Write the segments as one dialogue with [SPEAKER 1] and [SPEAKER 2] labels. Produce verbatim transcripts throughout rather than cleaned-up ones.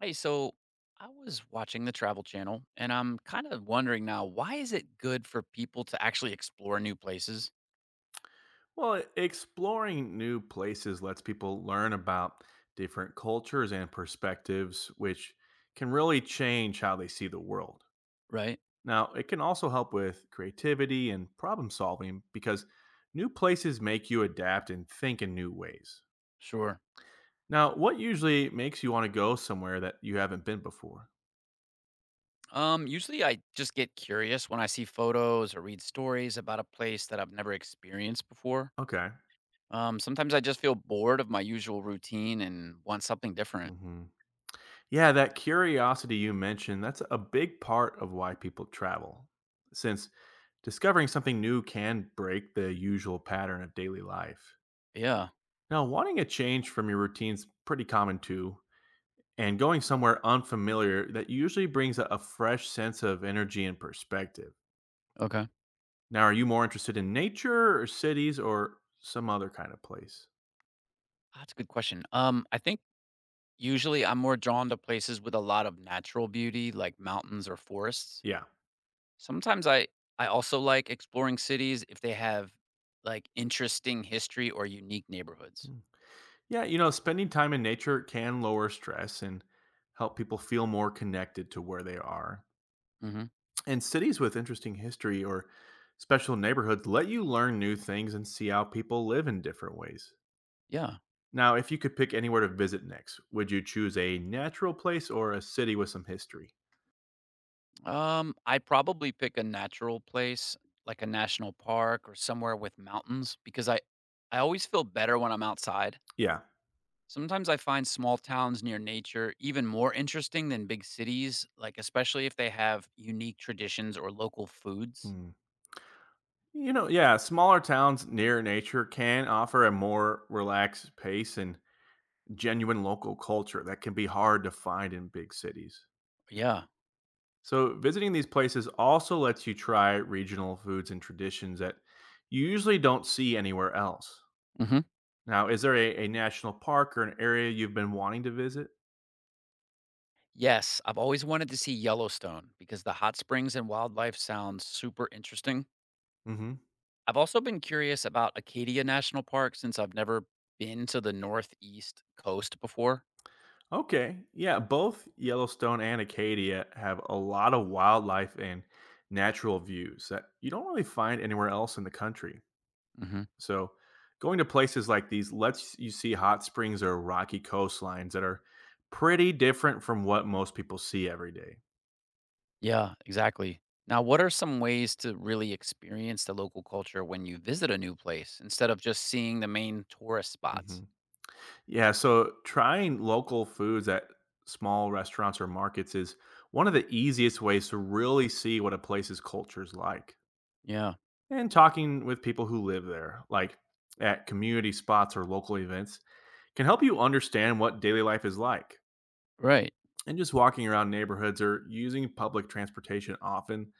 [SPEAKER 1] Hey, so I was watching the Travel Channel and I'm kind of wondering now, why is it good for people to actually explore new places,
[SPEAKER 2] Well, e- exploring new places lets people learn about different cultures and perspectives, which can really change how they see the world.
[SPEAKER 1] right?
[SPEAKER 2] Now, it can also help with creativity and problem solving because new places make you adapt and think in new ways.
[SPEAKER 1] Sure.
[SPEAKER 2] Now, what usually makes you want to go somewhere that you haven't been before?
[SPEAKER 1] Um usually I just get curious when I see photos or read stories about a place that I've never experienced before.
[SPEAKER 2] Okay.
[SPEAKER 1] Um sometimes I just feel bored of my usual routine and want something different.
[SPEAKER 2] Yeah, that curiosity you mentioned, that's a big part of why people travel. Since discovering something new can break the usual pattern of daily life.
[SPEAKER 1] Yeah.
[SPEAKER 2] Now, wanting a change from your routine's pretty common too, and going somewhere unfamiliar that usually brings a a fresh sense of energy and perspective.
[SPEAKER 1] Okay.
[SPEAKER 2] Now, are you more interested in nature or cities or some other kind of place?
[SPEAKER 1] That's a good question. Um I think usually I'm more drawn to places with a lot of natural beauty like mountains or forests.
[SPEAKER 2] Yeah.
[SPEAKER 1] Sometimes I I also like exploring cities if they have, like, interesting history or unique neighborhoods.
[SPEAKER 2] Yeah, you know, spending time in nature can lower stress and help people feel more connected to where they are.
[SPEAKER 1] Mhm.
[SPEAKER 2] And cities with interesting history or special neighborhoods let you learn new things and see how people live in different ways.
[SPEAKER 1] Yeah.
[SPEAKER 2] Now, if you could pick anywhere to visit next, would you choose a natural place or a city with some history?
[SPEAKER 1] Um, I'd probably pick a natural place, like a national park or somewhere with mountains, because I I always feel better when I'm outside.
[SPEAKER 2] Yeah.
[SPEAKER 1] Sometimes I find small towns near nature even more interesting than big cities, like, especially if they have unique traditions or local foods.
[SPEAKER 2] Hmm. You know, yeah, smaller towns near nature can offer a more relaxed pace and genuine local culture that can be hard to find in big cities.
[SPEAKER 1] Yeah.
[SPEAKER 2] So, visiting these places also lets you try regional foods and traditions that you usually don't see anywhere else.
[SPEAKER 1] Mhm.
[SPEAKER 2] Now, is there a, a national park or an area you've been wanting to visit?
[SPEAKER 1] Yes, I've always wanted to see Yellowstone because the hot springs and wildlife sounds super interesting.
[SPEAKER 2] Hmm.
[SPEAKER 1] I've also been curious about Acadia National Park since I've never been to the Northeast coast before.
[SPEAKER 2] Okay. Yeah. Both Yellowstone and Acadia have a lot of wildlife and natural views that you don't really find anywhere else in the country.
[SPEAKER 1] Hmm.
[SPEAKER 2] So, going to places like these lets you see hot springs or rocky coastlines that are pretty different from what most people see every day.
[SPEAKER 1] Yeah, exactly. Now, what are some ways to really experience the local culture when you visit a new place instead of just seeing the main tourist
[SPEAKER 2] Hmm.
[SPEAKER 1] spots?
[SPEAKER 2] Yeah, so trying local foods at small restaurants or markets is one of the easiest ways to really see what a place's culture is like.
[SPEAKER 1] Yeah,
[SPEAKER 2] And talking with people who live there, like at community spots or local events, can help you understand what daily life is like.
[SPEAKER 1] right.
[SPEAKER 2] And just walking around neighborhoods or using public transportation often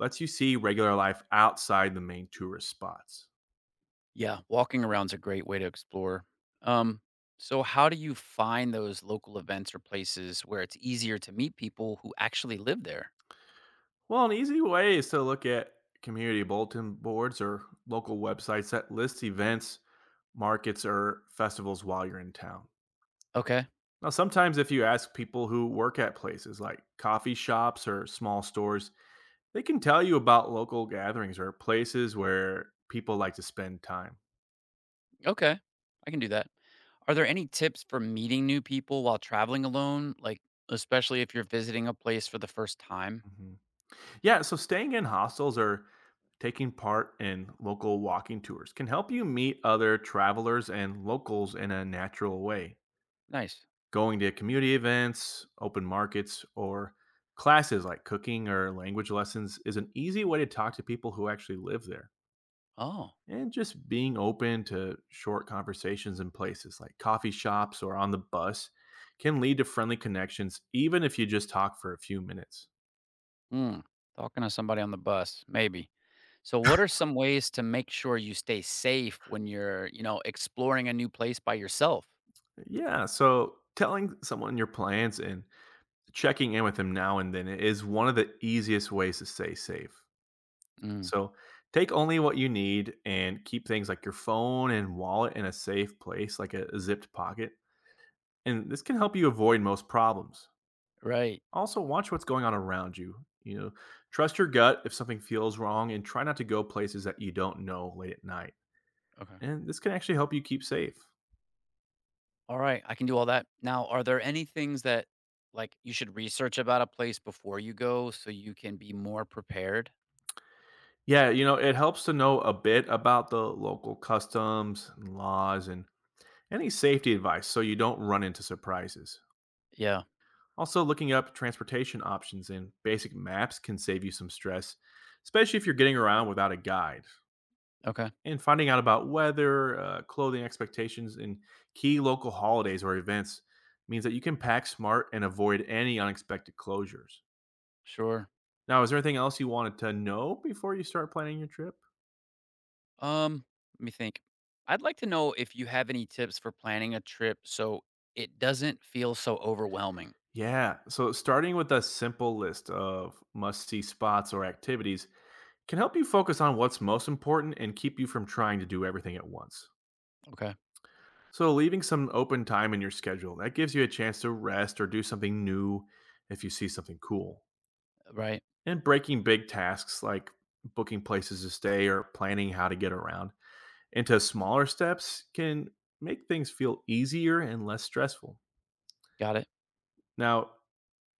[SPEAKER 2] lets you see regular life outside the main tourist spots.
[SPEAKER 1] Yeah, walking around's a great way to explore. Um, so how do you find those local events or places where it's easier to meet people who actually live there?
[SPEAKER 2] Well, an easy way is to look at community bulletin boards or local websites that list events, markets, or festivals while you're in town.
[SPEAKER 1] Okay.
[SPEAKER 2] Now, sometimes if you ask people who work at places like coffee shops or small stores, they can tell you about local gatherings or places where people like to spend time.
[SPEAKER 1] Okay, I can do that. Are there any tips for meeting new people while traveling alone? Like, especially if you're visiting a place for the first time?
[SPEAKER 2] Mhm. Yeah, so staying in hostels or taking part in local walking tours can help you meet other travelers and locals in a natural way.
[SPEAKER 1] Nice.
[SPEAKER 2] Going to community events, open markets, or classes like cooking or language lessons is an easy way to talk to people who actually live there.
[SPEAKER 1] Oh,
[SPEAKER 2] And just being open to short conversations in places like coffee shops or on the bus can lead to friendly connections, even if you just talk for a few minutes.
[SPEAKER 1] hmm. Talking to somebody on the bus, maybe. So, what are some ways to make sure you stay safe when you're, you know, exploring a new place by yourself?
[SPEAKER 2] Yeah, so telling someone your plans and checking in with them now and then is one of the easiest ways to stay safe.
[SPEAKER 1] Mm,
[SPEAKER 2] So take only what you need and keep things like your phone and wallet in a safe place, like a zipped pocket. And this can help you avoid most problems.
[SPEAKER 1] right.
[SPEAKER 2] Also, watch what's going on around you. You know, trust your gut if something feels wrong and try not to go places that you don't know late at night.
[SPEAKER 1] Okay.
[SPEAKER 2] And this can actually help you keep safe.
[SPEAKER 1] All right, I can do all that. Now, are there any things that like you should research about a place before you go so you can be more prepared?
[SPEAKER 2] Yeah, you know, it helps to know a bit about the local customs and laws and any safety advice so you don't run into surprises.
[SPEAKER 1] Yeah.
[SPEAKER 2] Also, looking up transportation options in basic maps can save you some stress, especially if you're getting around without a guide.
[SPEAKER 1] Okay.
[SPEAKER 2] And finding out about weather, uh, clothing expectations, and key local holidays or events means that you can pack smart and avoid any unexpected closures.
[SPEAKER 1] Sure.
[SPEAKER 2] Now, is there anything else you wanted to know before you start planning your trip?
[SPEAKER 1] Um, let me think. I'd like to know if you have any tips for planning a trip so it doesn't feel so overwhelming.
[SPEAKER 2] Yeah, so starting with a simple list of must see spots or activities can help you focus on what's most important and keep you from trying to do everything at once.
[SPEAKER 1] Okay.
[SPEAKER 2] So, leaving some open time in your schedule that gives you a chance to rest or do something new if you see something cool.
[SPEAKER 1] Right.
[SPEAKER 2] And breaking big tasks like booking places to stay or planning how to get around into smaller steps can make things feel easier and less stressful.
[SPEAKER 1] Got it.
[SPEAKER 2] Now,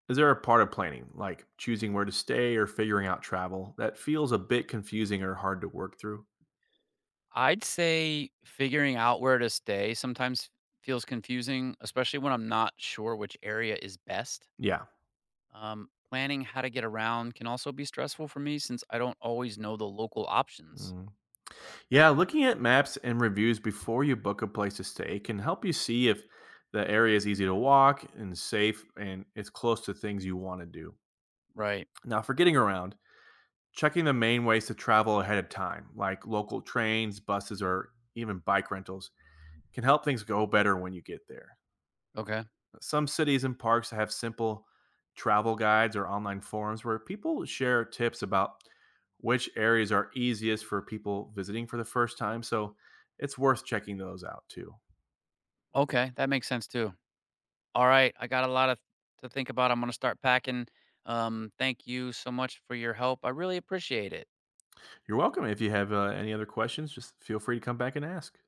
[SPEAKER 2] is there a part of planning, like choosing where to stay or figuring out travel, that feels a bit confusing or hard to work through?
[SPEAKER 1] I'd say figuring out where to stay sometimes feels confusing, especially when I'm not sure which area is best.
[SPEAKER 2] Yeah.
[SPEAKER 1] Um, planning how to get around can also be stressful for me since I don't always know the local options.
[SPEAKER 2] Mm. Yeah, looking at maps and reviews before you book a place to stay can help you see if the area is easy to walk and safe and it's close to things you want to do.
[SPEAKER 1] Right.
[SPEAKER 2] Now, for getting around, checking the main ways to travel ahead of time, like local trains, buses, or even bike rentals, can help things go better when you get there.
[SPEAKER 1] Okay.
[SPEAKER 2] Some cities and parks have simple travel guides or online forums where people share tips about which areas are easiest for people visiting for the first time. So it's worth checking those out too.
[SPEAKER 1] Okay, that makes sense too. All right, I got a lot of to think about. I'm going to start packing. Um, thank you so much for your help. I really appreciate it.
[SPEAKER 2] You're welcome. If you have uh, any other questions, just feel free to come back and ask.